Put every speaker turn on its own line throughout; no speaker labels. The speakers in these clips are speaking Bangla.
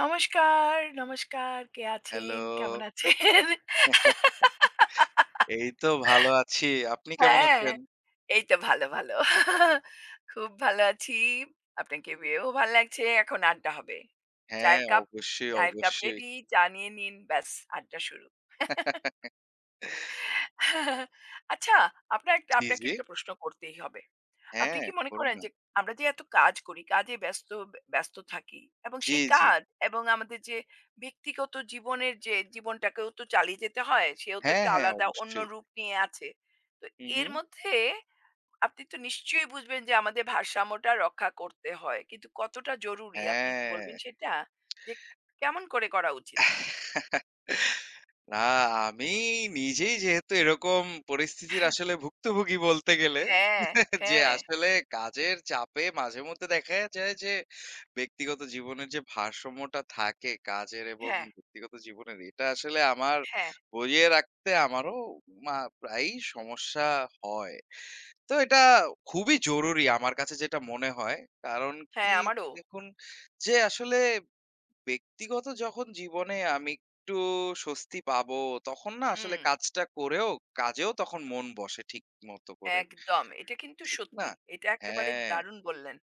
নমস্কার, নমস্কার। কে
হ্যালো,
আছেন? কেমন আছেন?
এই তো ভালো আছি। আপনি কেমন
হ্যাঁ,
আছেন?
এই তো ভালো, ভালো। খুব ভালো আছি। আপনাকে পেয়েও ভাল লাগছে। এখন আড্ডা হবে।
হ্যাঁ,
চায়ের কাপ
অবশ্যই,
চায়ের কাপ
অবশ্যই।
রেডি। চা নিয়ে নিন। ব্যাস আড্ডা শুরু। আচ্ছা, আপনার একটা
জি,
আপনাকে
জি।
একটা প্রশ্ন করতেই হবে। আপনি
হ্যাঁ,
কি মনে
বলুন
করেন
না।
যে আমরা যে এত কাজ করি, কাজে ব্যস্ত ব্যস্ত থাকি এবং
জি,
সেই
জি।
কাজ এবং আমাদের যে ব্যক্তিগত জীবনের যে জীবনটাকেও তো চালিয়ে যেতে হয়, সেও তো
হ্যাঁ,
একটা
হ্যাঁ,
আলাদা অন্য
অবশ্যই।
রূপ নিয়ে আছে। তো
হু, হু।
এর মধ্যে আপনি তো নিশ্চয়ই বুঝবেন যে আমাদের ভারসাম্যটা রক্ষা করতে হয়। কিন্তু কতটা জরুরি আপনি বলবেন
হ্যাঁ।
সেটা? যে কেমন করে করা উচিত?
না, আমি নিজেই যেহেতু এরকম পরিস্থিতির আসলে ভুক্তভোগী বলতে গেলে,
হ্যাঁ,
যে
হ্যাঁ,
আসলে কাজের চাপে মাঝে মধ্যে দেখা যায় যে ব্যক্তিগত জীবনের যে ভারসাম্যটা থাকে কাজের এবং
হ্যাঁ,
ব্যক্তিগত জীবনের, এটা আসলে আমার
হ্যাঁ,
বজিয়ে রাখতে আমারও মা প্রায়ই সমস্যা হয়। তো এটা খুবই জরুরি আমার কাছে যেটা মনে হয়। কারণ
হ্যাঁ,
কি
আমারও।
দেখুন, যে আসলে ব্যক্তিগত যখন জীবনে আমি একটু স্বস্তি পাবো, তখন না আসলে
হুম।
কাজটা করেও কাজেও তখন মন বসে ঠিক মতো করে।
একদম। এটা কিন্তু
ঠিক না?
সত্যি। এটা একেবারে
হ্যাঁ,
দারুণ বললেন।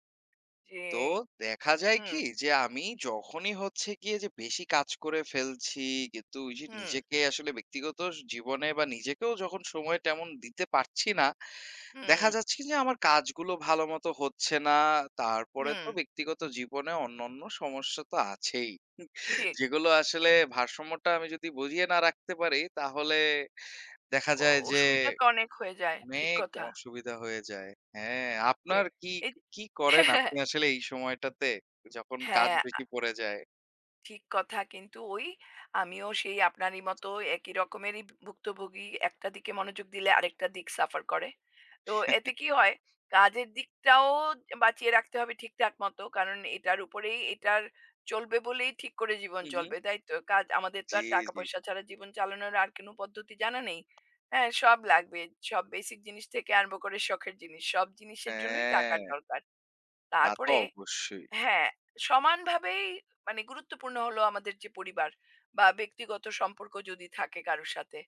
যে
তো দেখা যায়
হুম,
কি যে আমি যখনই হচ্ছে গিয়ে যে বেশি কাজ করে ফেলছি, কিন্তু ওই যে
হুম,
নিজেকে আসলে ব্যক্তিগত জীবনে বা নিজেকেও যখন সময় তেমন দিতে পারছি না,
হুম,
দেখা যাচ্ছে যে আমার কাজগুলো ভালোমতো হচ্ছে না। তারপরে তো
হুম,
ব্যক্তিগত জীবনে অন্যান্য সমস্যা তো আছেই।
ঠিক।
যেগুলো আসলে ভারসাম্যটা আমি যদি বুঝিয়ে না রাখতে পারি, তাহলে দেখা
ক
যায় যে
অসুবিধা তো অনেক হয়ে যায়। ঠিক
অনেক
কথা।
অসুবিধা হয়ে যায়। হ্যাঁ, আপনার
ঠিক।
কি,
এই
কি করেন আপনি আসলে এই সময়টাতে যখন কাজ
হ্যাঁ,
বেশি
হ্যাঁ।
পড়ে যায়?
ঠিক কথা কিন্তু ওই আমিও সেই আপনারই মতো একই রকমেরই ভুক্তভোগী। একটা দিকে মনোযোগ দিলে আরেকটা দিক সাফার করে। তো এতে কি হয় কাজের দিকটাও বাঁচিয়ে রাখতে হবে ঠিকঠাক মতো। কারণ এটার উপরেই এটার চলবে বলেই ঠিক করে জীবন
হু, হু।
চলবে। তাই তো? কাজ আমাদের তো
জি,
আর
জি।
টাকা-পয়সা ছাড়া জীবন চালানোর আর কোনো পদ্ধতি জানা নেই। হ্যাঁ, সব লাগবে। সব বেসিক জিনিস থেকে আরম্ভ করে শখের জিনিস। সব জিনিসের জন্যই টাকার
হ্যাঁ,
দরকার।
তা তো
তারপরে
অবশ্যই।
হ্যাঁ, সমানভাবেই মানে গুরুত্বপূর্ণ হলো আমাদের যে পরিবার বা ব্যক্তিগত সম্পর্ক যদি থাকে কারো সাথে,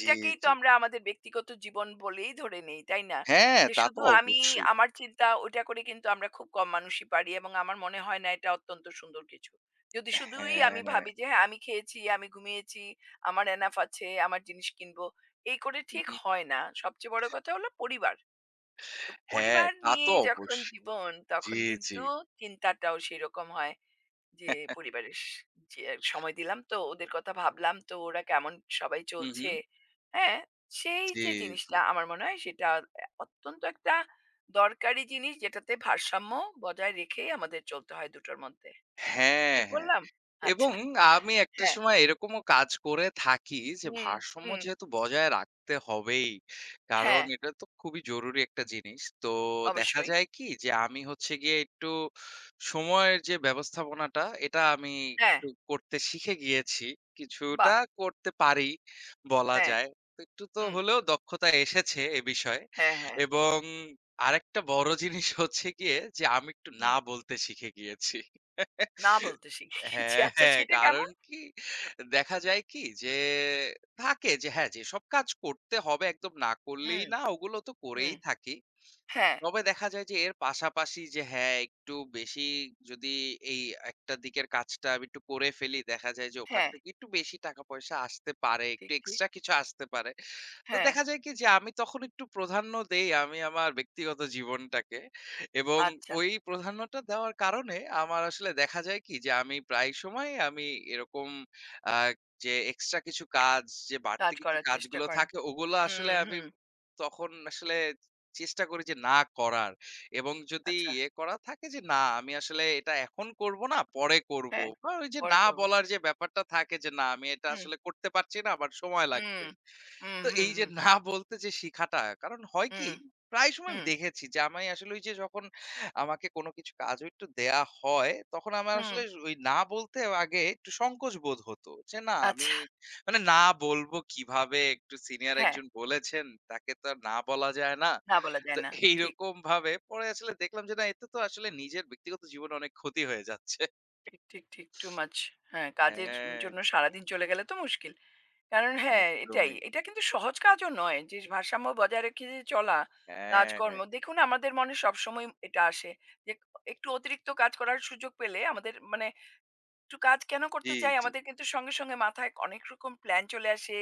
জি,
তো
জি।
আমরা আমাদের ব্যক্তিগত জীবন বলেই ধরে নেই, তাই না?
হ্যাঁ,
যে
তা তো
শুধু আমি
অবশ্যই।
আমার চিন্তা ওইটা করে কিন্তু আমরা খুব কম মানুষই পারি এবং আমার মনে হয় না এটা অত্যন্ত সুন্দর কিছু। যদি শুধুই আমি
হ্যাঁ,
ভাবি যে হ্যাঁ, আমি খেয়েছি, আমি ঘুমিয়েছি, আমার এনাফ আছে, আমার জিনিস কিনবো, এই করে
হু,
ঠিক
হু।
হয় না। সবচেয়ে বড় কথা হলো পরিবার। তো
হ্যাঁ,
পরিবার
তা
নিয়ে
তো
যখন
অবশ্যই।
জীবন
জি,
তখন
জি।
কিন্তু চিন্তাটাও সেরকম হয় যে যে সময় দিলাম তো ওদের কথা ভাবলাম তো ওরা কেমন সবাই
হু, হু।
চলছে হ্যাঁ সেই
জি,
যে
জি।
জিনিসটা আমার মনে হয় সেটা অত্যন্ত একটা দরকারি জিনিস যেটাতে ভারসাম্য বজায় রেখে আমাদের চলতে হয় দুটোর মধ্যে
হ্যাঁ,
ঠিক
হ্যাঁ।
বললাম
এবং
আচ্ছা
আমি একটা
হ্যাঁ
সময় এরকমও কাজ করে থাকি যে
হুম
ভারসাম্য
হুম
যেহেতু বজায় রাখতে হবেই। কারণ
হ্যাঁ
এটা তো খুবই জরুরি একটা জিনিস। তো দেখা
অবশ্যই
যায় কি যে আমি হচ্ছে গিয়ে একটু সময়ের যে ব্যবস্থাপনাটা এটা আমি
হ্যাঁ
একটু করতে শিখে গিয়েছি। কিছুটা
বাহ
করতে পারি বলা
হ্যাঁ
যায়। তো একটু তো
হুম
হলেও দক্ষতা এসেছে এ বিষয়ে।
হ্যাঁ হ্যাঁ
এবং আরেকটা বড় জিনিস হচ্ছে গিয়ে যে আমি একটু না
হুম
বলতে শিখে গিয়েছি।
না বলতে শিখে গেছি
হ্যাঁ,
আচ্ছা
হ্যাঁ।
সেটা
কারণ
কেমন
কি, দেখা যায় কি যে থাকে যে হ্যাঁ, যেসব কাজ করতে হবে একদম না করলেই
হুম
না ওগুলো তো করেই
হুম।
থাকি।
হ্যাঁ,
তবে দেখা যায় যে এর পাশাপাশি যে হ্যাঁ, একটু বেশি যদি এই একটা দিকের কাজটা আমি একটু করে ফেলি দেখা যায় যে ওখান
হ্যাঁ।
থেকে একটু বেশি টাকা পয়সা আসতে পারে, একটু
ঠিক, ঠিক।
এক্সট্রা কিছু আসতে পারে। তো
হ্যাঁ,
দেখা যায় কি যে আমি তখন একটু প্রাধান্য দেই আমি আমার ব্যক্তিগত জীবনটাকে এবং
আচ্ছা।
ওই প্রাধান্যটা দেওয়ার কারণে আমার আসলে দেখা যায় কি যে আমি প্রায় সময় আমি এরকম আহ, যে এক্সট্রা কিছু কাজ যে বাড়তি
কাজ
কিছু
করার চেষ্টা
কাজগুলো
করেন।
থাকে ওগুলো আসলে
হুম,
আমি
হুম।
তখন আসলে চেষ্টা করি যে না করার এবং যদি
আচ্ছা,
ইয়ে করা থাকে যে না আমি আসলে এটা এখন করব না পরে করব
হ্যাঁ।
বা ওই যে
পরে
না
করব।
বলার যে ব্যাপারটা থাকে যে না আমি এটা
হুম,
আসলে করতে পারছি না আবার সময়
হুম।
লাগবে।
হুম,
তো
হুম,
এই যে
হুম,
না বলতে যে শিখাটা, কারণ হয় কি?
হুম,
প্রায় সময় আমি
হুম,
দেখেছি যে আমি আসলে ওই যে যখন আমাকে কোনো কিছু কাজও একটু দেয়া হয়, তখন আমার
হুম।
আসলে ওই না বলতে আগে একটু সংকোচ বোধ হতো। যে না আমি
আচ্ছা,
মানে না বলবো কিভাবে? একটু সিনিয়র
হ্যাঁ।
একজন বলেছেন, তাকে তো আর না বলা যায় না।
না বলা
তো
যায় না। ঠিক,
এইরকম ভাবে পরে আসলে দেখলাম যে না এতে তো আসলে নিজের ব্যক্তিগত জীবনে অনেক ক্ষতি হয়ে যাচ্ছে।
ঠিক, ঠিক, ঠিক। Too much. হ্যাঁ, কাজের
হ্যাঁ,
জন্য সারাদিন চলে গেলে তো মুশকিল। কারণ হ্যাঁ, এটাই।
একদমই।
এটা কিন্তু সহজ কাজও নয় যে ভারসাম্য বজায় রেখে যে চলা কাজকর্ম।
হ্যাঁ,
দেখুন আমাদের মনে সবসময় এটা আসে যে একটু অতিরিক্ত কাজ করার সুযোগ পেলে আমাদের মানে একটু কাজ কেন
জি,
করতে চাই?
জি।
আমাদের কিন্তু সঙ্গে, সঙ্গে মাথায় অনেক রকম প্ল্যান চলে আসে।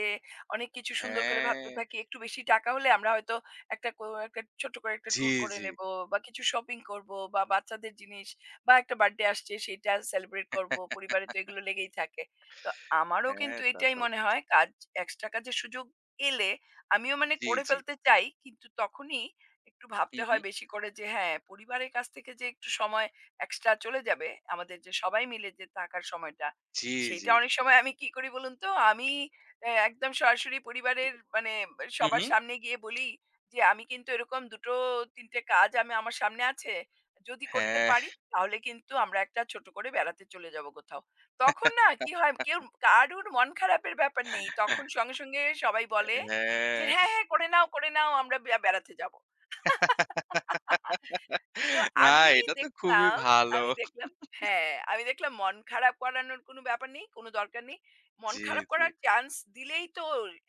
অনেক কিছু সুন্দর করে
হ্যাঁ,
ভাবতে থাকি। একটু বেশি টাকা হলে আমরা হয়তো একটা ছোট্ট করে একটা
জি,
ট্যুর করে
জি।
নেব বা কিছু শপিং করব বা বাচ্চাদের জিনিস বা একটা বার্থডে আসছে সেটা সেলিব্রেট করব। পরিবারে তো এগুলো লেগেই থাকে। তো আমারও
হ্যাঁ,
কিন্তু
তা
এটাই
তো
মনে হয় কাজ এক্সট্রা কাজের সুযোগ এলে আমিও মানে
জি,
করে
জি।
ফেলতে চাই। কিন্তু তখনই একটু
হু,
ভাবতে
হু।
হয় বেশি করে যে হ্যাঁ, পরিবারের কাছ থেকে যে একটু সময় এক্সট্রা চলে যাবে। আমাদের যে সবাই মিলে যে থাকার সময়টা,
জি, জি।
সেইটা অনেক সময় আমি কি করি বলুন তো? আমি একদম সরাসরি পরিবারের মানে
হু,
সবার
হু।
সামনে গিয়ে বলি যে, "আমি কিন্তু এরকম ২ টো ৩ টে কাজ আমি আমার সামনে আছে। যদি করতে
হ্যাঁ।
পারি তাহলে কিন্তু আমরা একটা ছোট করে বেড়াতে চলে যাব কোথাও।" তখন না কি হয়? কারুর মন খারাপের ব্যাপার নেই। তখন সঙ্গে, সঙ্গে সবাই বলে যে,
হ্যাঁ।
"হ্যাঁ, হ্যাঁ করে নাও, করে নাও আমরা বেড়াতে যাব।" তো
না,
আমি
এটা তো খুবই
দেখলাম,
ভালো।
আমি দেখলাম হ্যাঁ, আমি দেখলাম মন খারাপ করানোর কোনো ব্যাপার নেই, কোনো দরকার নেই। মন
জি,
খারাপ
জি।
করার চান্স দিলেই তো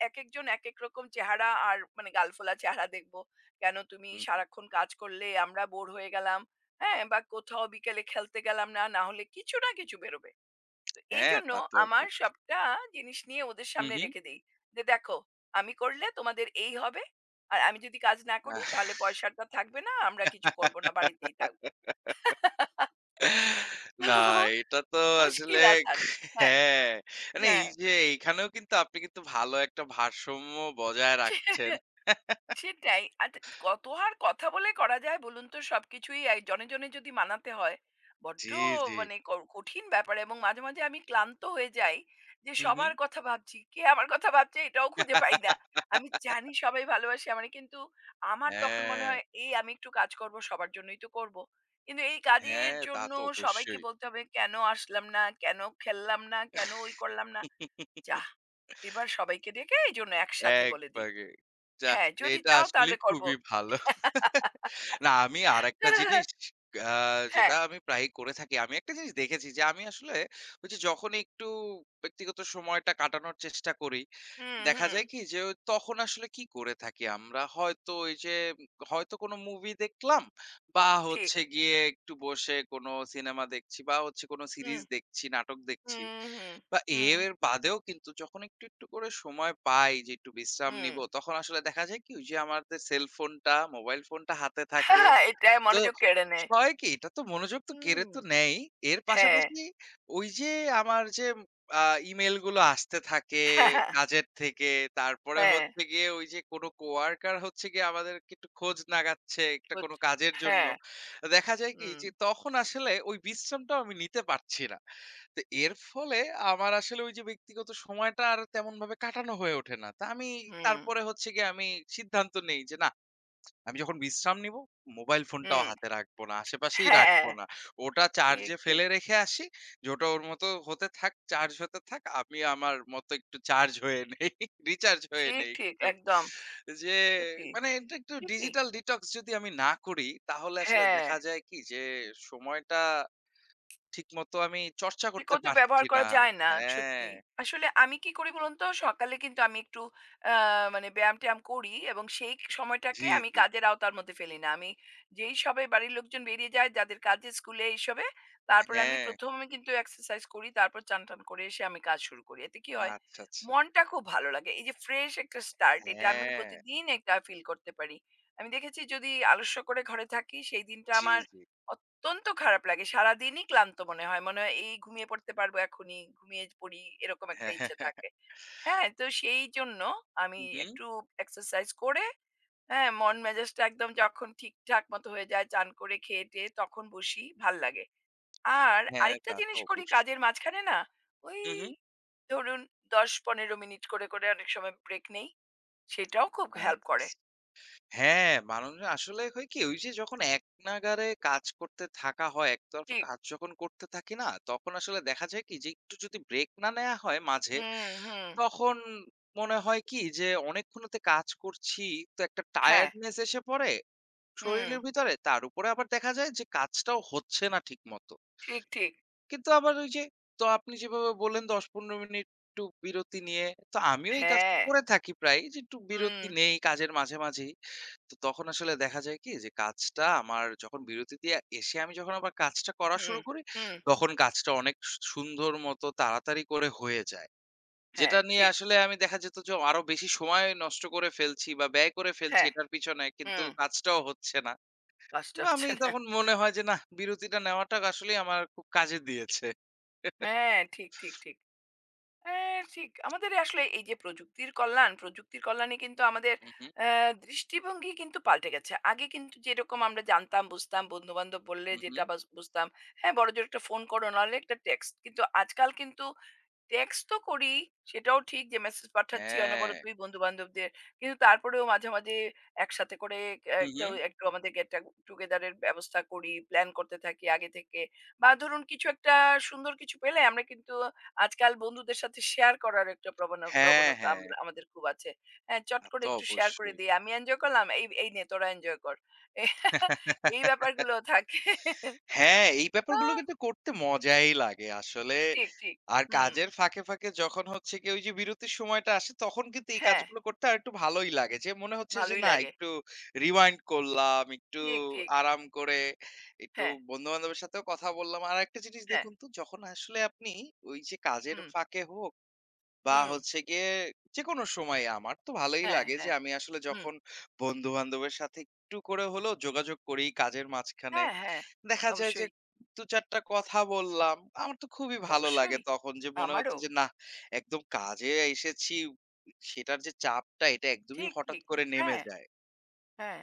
একেকজন একেক রকম চেহারা আর মানে গালফোলা চেহারা দেখব। কেন তুমি
হুম।
সারাক্ষণ কাজ করলে আমরা বোর হয়ে গেলাম। হ্যাঁ? বা কোথাও বিকেলে খেলতে গেলাম না, না হলে কিছু না কিছু বেরোবে। তো
হ্যাঁ,
এইজন্য
তা তো
আমার
অবশ্যই।
সবটা জিনিস নিয়ে ওদের
হু,
সামনে
হু।
রেখে দেই। যে দেখো, আমি করলে তোমাদের এই হবে। আর আমি যদি কাজ না করি তাহলে পয়সাটা থাকবে না, আমরা কিছু করব না, বাড়িতেই থাকব।
না,
তো
এটা তো আসলে,
মুশকিল আসান। হ্যাঁ,
হ্যাঁ, মানে এই যে এইখানেও কিন্তু আপনি কিন্তু ভালো একটা ভারসাম্য বজায় রাখছেন।
হ্যাঁ। সেটাই। আর ত কত আর কথা বলে করা যায় বলুন তো সবকিছুই এই জনে, জনে যদি মানাতে হয়, বড্ড
জি, জি।
মানে কঠিন ব্যাপার এবং মাঝে, মাঝে আমি ক্লান্ত হয়ে যাই যে
হু, হু।
সবার কথা ভাবছি। কে আমার কথা ভাবছে এটাও খুঁজে পাই না। আমি জানি সবাই ভালোবাসে আমারে কিন্তু আমার তখন মনে
হ্যাঁ।
হয় এই আমি একটু কাজ করব সবার জন্যই তো করব। কিন্তু এই কাজের
হ্যাঁ, তা
জন্য
তো
সবাইকে
অবশ্যই।
বলতে হবে কেন আসলাম না, কেন খেললাম না, কেন ওই করলাম না। যাহ! এবার সবাইকে ডেকে এইজন্য একসাথে বলে দেই।
একবারে। যাহ!
হ্যাঁ, যদি
এটা
চাও
আসলে
তাহলে করব।
খুবই ভালো। না আমি আরেকটা জিনিস আ
হ্যাঁ,
যেটা আমি প্রায়ই করে থাকি। আমি একটা জিনিস দেখেছি যে আমি আসলে ওই যে যখন একটু ব্যক্তিগত সময়টা কাটানোর চেষ্টা করি,
হুম,
দেখা
হুম,
যায় কি যে ও তখন আসলে কি করে থাকি আমরা হয়তো ওই যে হয়তো কোনো মুভি দেখলাম বা
ঠিক।
হচ্ছে গিয়ে একটু বসে কোনো সিনেমা দেখছি বা হচ্ছে কোনো
হুম,
সিরিজ দেখছি, নাটক দেখছি।
হুম, হুম,
বা
হুম,
এর বাদেও কিন্তু যখন একটু, একটু করে সময় পাই যে একটু বিশ্রাম
হুম।
নিবো, তখন আসলে দেখা যায় কি? ওই যে আমাদের সেলফোনটা, মোবাইল ফোনটা হাতে থাকে।
হ্যাঁ, এটা
তো
মনোযোগ কেড়ে নেয়।
হয় কি? এটা তো মনোযোগ তো কেড়ে
হুম,
তো নেয়ই। এর
হ্যাঁ,
পাশাপাশি ওই যে আমার যে আ ইমেইল গুলো আসতে থাকে কাজের থেকে। তারপরে
হ্যাঁ,
হচ্ছে গিয়ে ওই যে কোনো কোয়ার্কার হচ্ছে গিয়ে আমাদেরকে একটু খোঁজ নাগাচ্ছে একটা
বুঝ
কোনো কাজের জন্য।
হ্যাঁ,
দেখা যায় কি
হুম,
যে তখন আসলে ওই বিশ্রামটাও আমি নিতে পারছি না। তো এর ফলে আমার আসলে ওই যে ব্যক্তিগত সময়টা আর তেমনভাবে কাটানো হয়ে ওঠে না। তা আমি
হুম,
তারপরে হচ্ছে গিয়ে আমি সিদ্ধান্ত নেই যে না আমি যখন বিশ্রাম নিবো, মোবাইল ফোনটাও
হুম,
হাতে রাখবো না, আশেপাশেই রাখবো
হ্যাঁ,
না। ওটা
ঠিক,
চার্জে
ঠিক,
ফেলে রেখে আসি, যে ওটা ওর মতো হতে থাক, চার্জ হতে থাক। আমি আমার মতো একটু চার্জ হয়ে নেই, রিচার্জ হয়ে
ঠিক,
নেই
ঠিক,
একটু।
একদম
যে
সত্যি,
মানে এটা একটু
ঠিকই,
ডিজিটাল ডিটক্স যদি আমি না করি, তাহলে আসলে
হ্যাঁ।
দেখা যায় কি যে সময়টা ঠিকমতো আমি চর্চা করতে
বিকল্প
পারছি
ব্যবহার করা
না।
যায় না
হ্যাঁ,
সত্যি। আসলে আমি কি করি বলুন তো, সকালে কিন্তু আমি একটু আ মানে ব্যায়াম-ট্যায়াম করি এবং সেই সময়টাকে
জি,
আমি
জি।
কাজের আওতার মধ্যে ফেলি না। আমি যেই সবাই বাড়ির লোকজন বেরিয়ে যায় যাদের কাজে, স্কুলে এইসবে, তারপরে আমি
হ্যাঁ,
১ম এ কিন্তু এক্সারসাইজ করি, তারপর চান-টান করে এসে আমি কাজ শুরু করি। এতে কি হয়?
আচ্ছা, আচ্ছা।
মনটা খুব ভালো লাগে। এই যে ফ্রেশ একটা স্টার্ট, এটা আমি
হ্যাঁ,
প্রতিদিন এটা ফিল করতে পারি। আমি দেখেছি যদি আলস্য করে ঘরে থাকি, সেই দিনটা
জি,
আমার
জি।
অত্যন্ত খারাপ লাগে। সারাদিনই ক্লান্ত মনে হয়। মনে হয় এই ঘুমিয়ে পড়তে পারবো এখনই, ঘুমিয়ে পড়ি এরকম একটা ইচ্ছে থাকে। হ্যাঁ, তো সেই জন্য আমি
হু, হু।
একটু এক্সারসাইজ করে, হ্যাঁ, মন মেজাজটা একদম যখন ঠিকঠাক মতো হয়ে যায়, চান করে খেয়ে-টেয়ে তখন বসি, ভাল লাগে। আর
হ্যাঁ,
আরেকটা
তা তো
জিনিস করি
অবশ্যই।
কাজের মাঝখানে না, ওই
হু, হু।
ধরুন ১০-১৫ মিনিট করে, করে অনেক সময় ব্রেক নেই। সেটাও খুব হেল্প করে।
আচ্ছা। হ্যাঁ, মানুষ আসলে হয় কি ওই যে যখন একনাগাড়ে কাজ করতে থাকা হয়, একতরফা
ঠিক।
কাজ যখন করতে থাকি না, তখন আসলে দেখা যায় কি যে একটু যদি ব্রেক না নেয়া হয় মাঝে,
হুম, হুম।
তখন মনে হয় কি যে অনেকক্ষণ হতে কাজ করছি, তো একটা
হ্যাঁ,
টায়ার্ডনেস এসে পড়ে
হুম।
শরীরের ভিতরে। তার উপরে আবার দেখা যায় যে কাজটাও হচ্ছে না ঠিকমতো।
ঠিক, ঠিক।
কিন্তু আবার ওই যে তো আপনি যেভাবে বললেন ১০-১৫ মিনিট একটু বিরতি নিয়ে, তো আমিও এই কাজটা
হ্যাঁ,
করে থাকি প্রায়ই যে একটু বিরতি
হুম।
নেই কাজের মাঝে, মাঝেই। তো তখন আসলে দেখা যায় কি যে কাজটা আমার যখন বিরতি দিয়ে এসে আমি যখন আবার কাজটা করা
হুম,
শুরু করি,
হুম।
তখন কাজটা অনেক সুন্দর মতো তাড়াতাড়ি করে হয়ে যায়।
হ্যাঁ,
যেটা নিয়ে
ঠিক।
আসলে আমি দেখা যেত যে আরো বেশি সময় নষ্ট করে ফেলছি বা ব্যয় করে ফেলছি
হ্যাঁ,
এটার পিছনে কিন্তু
হুম।
কাজটাও হচ্ছে না।
কষ্ট
তো আমি
হচ্ছে না।
তখন মনে হয় যে নাহ বিরতিটা নেওয়াটা আসলেই আমার খুব কাজে দিয়েছে।
হ্যাঁ, ঠিক, ঠিক, ঠিক। হ্যাঁ, ঠিক। আমাদের আসলে এই যে প্রযুক্তির কল্যাণ, প্রযুক্তির কল্যাণে কিন্তু আমাদের
হু, হু।
দৃষ্টিভঙ্গি কিন্তু পাল্টে গেছে। আগে কিন্তু যেরকম আমরা জানতাম, বুঝতাম, বন্ধু-বান্ধব বললে
হু, হু।
যেটা বুঝতাম। হ্যাঁ, বড়জোর একটা ফোন করো, নাহলে একটা টেক্সট। কিন্তু আজকাল কিন্তু টেক্সট তো করি, সেটাও ঠিক যে মেসেজ পাঠাচ্ছি
হ্যাঁ।
অনবরতই বন্ধু-বান্ধবদের। কিন্তু তারপরেও মাঝে, মাঝে একসাথে করে
হু,
একটা
হু।
একটু আমাদের গেট টা টুগেদার এর ব্যবস্থা করি, প্ল্যান করতে থাকি আগে থেকে। বা ধরুন কিছু একটা সুন্দর কিছু পেলে আমরা কিন্তু আজকাল বন্ধুদের সাথে শেয়ার করার একটা
হ্যাঁ,
প্রবণতা
হ্যাঁ।
আমরা আমাদের খুব আছে। হ্যাঁ, চট
তা
করে
তো
একটু শেয়ার করে
অবশ্যই।
দিই। "আমি এনজয় করলাম, এই, এই নে তোরা এনজয় কর।" এই ব্যাপারগুলো থাকে।
হ্যাঁ, এই
আ
ব্যাপারগুলো কিন্তু করতে মজাই লাগে আসলে।
ঠিক, ঠিক।
আর
হুম।
কাজের ফাঁকে, ফাঁকে যখন হচ্ছে গিয়ে ওই যে বিরতির সময়টা আসে তখন কিন্তু এই
হ্যাঁ,
কাজগুলো করতে আরেকটু ভালোই লাগে। যে মনে হচ্ছে যে
ভালোই
না
লাগে।
একটু rewind করলাম, একটু
ঠিক, ঠিক।
আরাম করে একটু
হ্যাঁ,
বন্ধু-বান্ধবের সাথেও কথা বললাম। আর একটা জিনিস
হ্যাঁ।
দেখুন তো যখন আসলে আপনি ওই যে কাজের
হুম,
ফাঁকে হোক বা
হুম।
হচ্ছে গিয়ে যেকোনো সময়ে আমার তো ভালোই
হ্যাঁ,
লাগে যে
হ্যাঁ।
আমি আসলে
হুম।
যখন বন্ধু-বান্ধবের সাথে একটু করে হলেও যোগাযোগ করি কাজের মাঝখানে।
হ্যাঁ, হ্যাঁ।
দেখা যায় যে
অবশ্যই,
২-৪ টা কথা বললাম। আমার তো খুবই ভালো লাগে
অবশ্যই।
তখন যে মনে হচ্ছে
আমারও।
যে নাহ একদম কাজে এসেছি সেটার যে চাপটা এটা একদমই
ঠিক,
হঠাৎ
ঠিক।
করে নেমে
হ্যাঁ।
যায়।
হ্যাঁ,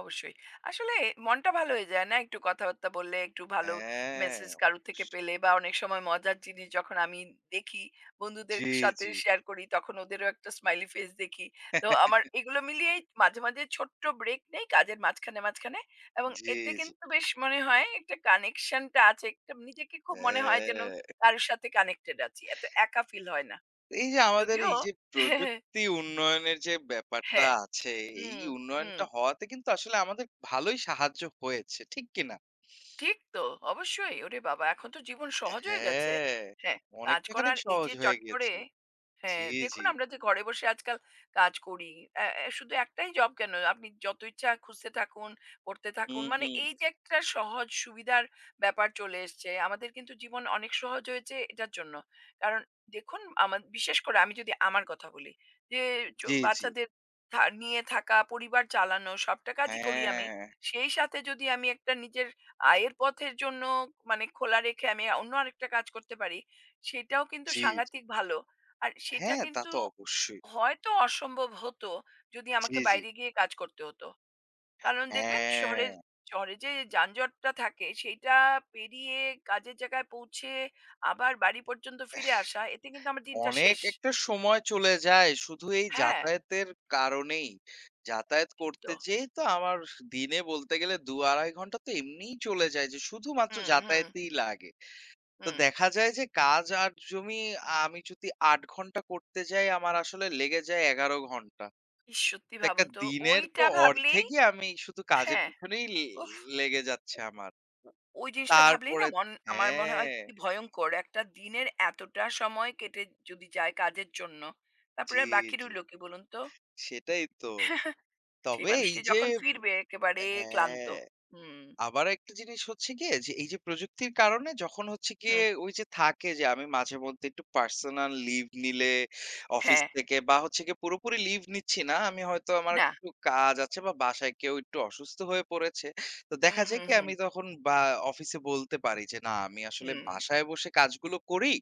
অবশ্যই। আসলে মনটা ভালো হয়ে যায় না? একটু কথাবার্তা বললে, একটু ভালো
হ্যাঁ,
মেসেজ কারোর থেকে
অবশ্যই।
পেলে বা অনেক সময় মজার জিনিস যখন আমি দেখি, বন্ধুদের
জি,
সাথে
জি।
শেয়ার করি, তখন ওদেরও একটা স্মাইলি ফেস দেখি। তো আমার এগুলো মিলিয়েই মাঝে, মাঝে ছোট্ট ব্রেক নেই কাজের মাঝখানে, মাঝখানে এবং
জি,
এতে
জি।
কিন্তু বেশ মনে হয় একটা কানেকশনটা আছে। একটা নিজেকে খুব মনে হয় যেন
হ্যাঁ।
কারোর সাথে কানেক্টেড আছি। এত একা ফিল হয় না।
এই যে আমাদের
যদিও
এই যে
হ্যাঁ,
প্রযুক্তি উন্নয়নের যে ব্যাপারটা
হ্যাঁ।
আছে, এই
হুম, হুম।
উন্নয়নটা হওয়াতে কিন্তু আসলে আমাদের ভালোই সাহায্য হয়েছে। ঠিক কি না?
ঠিক তো। অবশ্যই। ওরে বাবা! এখন তো জীবন সহজ হয়ে গেছে।
হ্যাঁ,
হ্যাঁ, কাজ
অনেকটা খানিক
করার এই
সহজ
যে
হয়ে
চট করে
গিয়েছে। জি,
হ্যাঁ, দেখুন
জি।
আমরা যে ঘরে বসে আজকাল কাজ করি। অ্যা অ্যা শুধু একটাই জব কেন, আপনি যত ইচ্ছা খুঁজতে থাকুন, করতে
হুম,
থাকুন। মানে
হুম।
এই যে একটা সহজ সুবিধার ব্যাপার চলে এসছে, আমাদের কিন্তু জীবন অনেক সহজ হয়েছে এটার জন্য। কারণ দেখুন বিশেষ করে আমি যদি আমার কথা বলি, যে
জি, জি।
বাচ্চাদের নিয়ে থাকা, পরিবার চালানো সবটা কাজই করি আমি।
হ্যাঁ,
সেই সাথে যদি আমি একটা নিজের আয়ের পথের জন্য মানে খোলা রেখে আমি অন্য আরেকটা কাজ করতে পারি, সেটাও কিন্তু
জি, জি।
সাংঘাতিক ভালো। আর সেটা
হ্যাঁ, তা
কিন্তু
তো অবশ্যই।
হয়তো অসম্ভব হতো যদি
জি,
আমাকে
জি।
বাইরে গিয়ে কাজ করতে হতো। কারণ দেখবেন
হ্যাঁ।
শহরে যে যানজটটা থাকে সেইটা পেরিয়ে কাজের জায়গায় পৌঁছে আবার বাড়ি পর্যন্ত ফিরে আসা এতে কিন্তু আমার দিনটা
অনেক
শেষ।
একটা সময় চলে যায় শুধু এই
হ্যাঁ,
যাতায়াতের কারণেই। যাতায়াত
ঠিক
করতে
তো।
যেয়েই তো আমার দিনে বলতে গেলে ২, ২.৫ ঘন্টা তো এমনিই চলে যায় যে শুধুমাত্র
হুম, হুম,
যাতায়াতেই লাগে। তো
হুম।
দেখা যায় যে কাজ আর জমি আমি যদি ৮ ঘন্টা করতে যাই আমার আসলে লেগে যায় ১১ ঘন্টা।
ইস! সত্যি
তো একটা
ভাবুন তো
দিনের তো
ওইটা ভাবলেই
অর্ধেকই আমি শুধু কাজের
হ্যাঁ।
পিছনেই লেগে যাচ্ছে আমার।
ও ওই জিনিসটা ভাবলেই না
তারপরে
মন আমার মনে হয়
হ্যাঁ,
কি ভয়ংকর। একটা দিনের এতটা সময় কেটে যদি যায় কাজের জন্য, তারপরে
জি,
আর বাকি
জি।
রইল কি বলুন তো?
সেটাই তো।
সেই
তবে এই
মানুষটি
যে
যখন ফিরবে একেবারে ক্লান্ত।
হ্যাঁ।
হুম,
আবার একটা জিনিস হচ্ছে গিয়ে যে এই যে প্রযুক্তির কারণে যখন হচ্ছে গিয়ে
হুম,
ওই যে থাকে যে আমি মাঝে মধ্যে একটু পার্সোনাল লিভ নিলে অফিস
হ্যাঁ,
থেকে বা হচ্ছে গিয়ে পুরোপুরি লিভ নিচ্ছি না আমি হয়তো আমার
না।
একটু কাজ আছে বা বাসায় কেউ একটু অসুস্থ হয়ে পড়েছে তো
হুম,
দেখা যায়
হুম,
কি
হুম,
আমি তখন বা অফিসে বলতে পারি যে না আমি আসলে
হুম,
বাসায় বসে কাজগুলো করি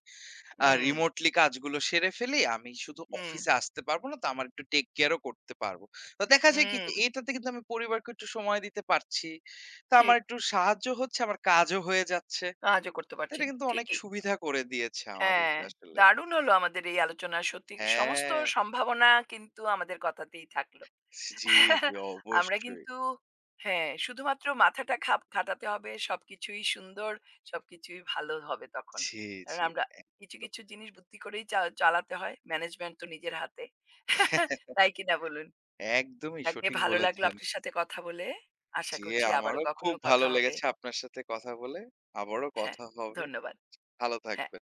হুম,
রিমোটলি কাজগুলো সেরে ফেলি। আমি শুধু
হুম,
অফিসে আসতে পারবো না তো আমার একটু টেক কেয়ার ও করতে পারবো। তো দেখা যায় কি যে
হুম,
এটাতে কিন্তু আমি পরিবারকে একটু সময় দিতে পারছি। তো আমার
ঠিক।
একটু সাহায্য হচ্ছে, আমার কাজও হয়ে যাচ্ছে।
কাজও করতে
তো এটা
পারছেন।
কিন্তু অনেক
ঠিকই।
সুবিধা করে দিয়েছে
হ্যাঁ,
আমাদেরকে আসলে।
দারুণ হলো আমাদের এই আলোচনা। সত্যি সমস্ত
হ্যাঁ।
সম্ভাবনা কিন্তু আমাদের কথাতেই থাকলো।
জি, জি
আমরা
অবশ্যই।
কিন্তু হ্যাঁ, শুধুমাত্র মাথাটা খাপ খাটাতে হবে। সবকিছুই সুন্দর, সবকিছুই ভালো হবে তখন।
জি,
কারণ
জি।
আমরা কিছু,
একদম।
কিছু জিনিস বুদ্ধি করেই চালাতে হয়। ম্যানেজমেন্ট তো নিজের হাতে। তাই কিনা বলুন?
একদমই
যাকে
সঠিক
ভালো লাগলো
বলেছেন।
আপনার সাথে কথা বলে। আশা
জি,
করছি আবারও
আমারও
কখনো
খুব ভালো
কথা হবে।
লেগেছে আপনার সাথে কথা বলে। আবারও
হ্যাঁ,
কথা হবে।
ধন্যবাদ।
ভালো
হ্যাঁ।
থাকবেন।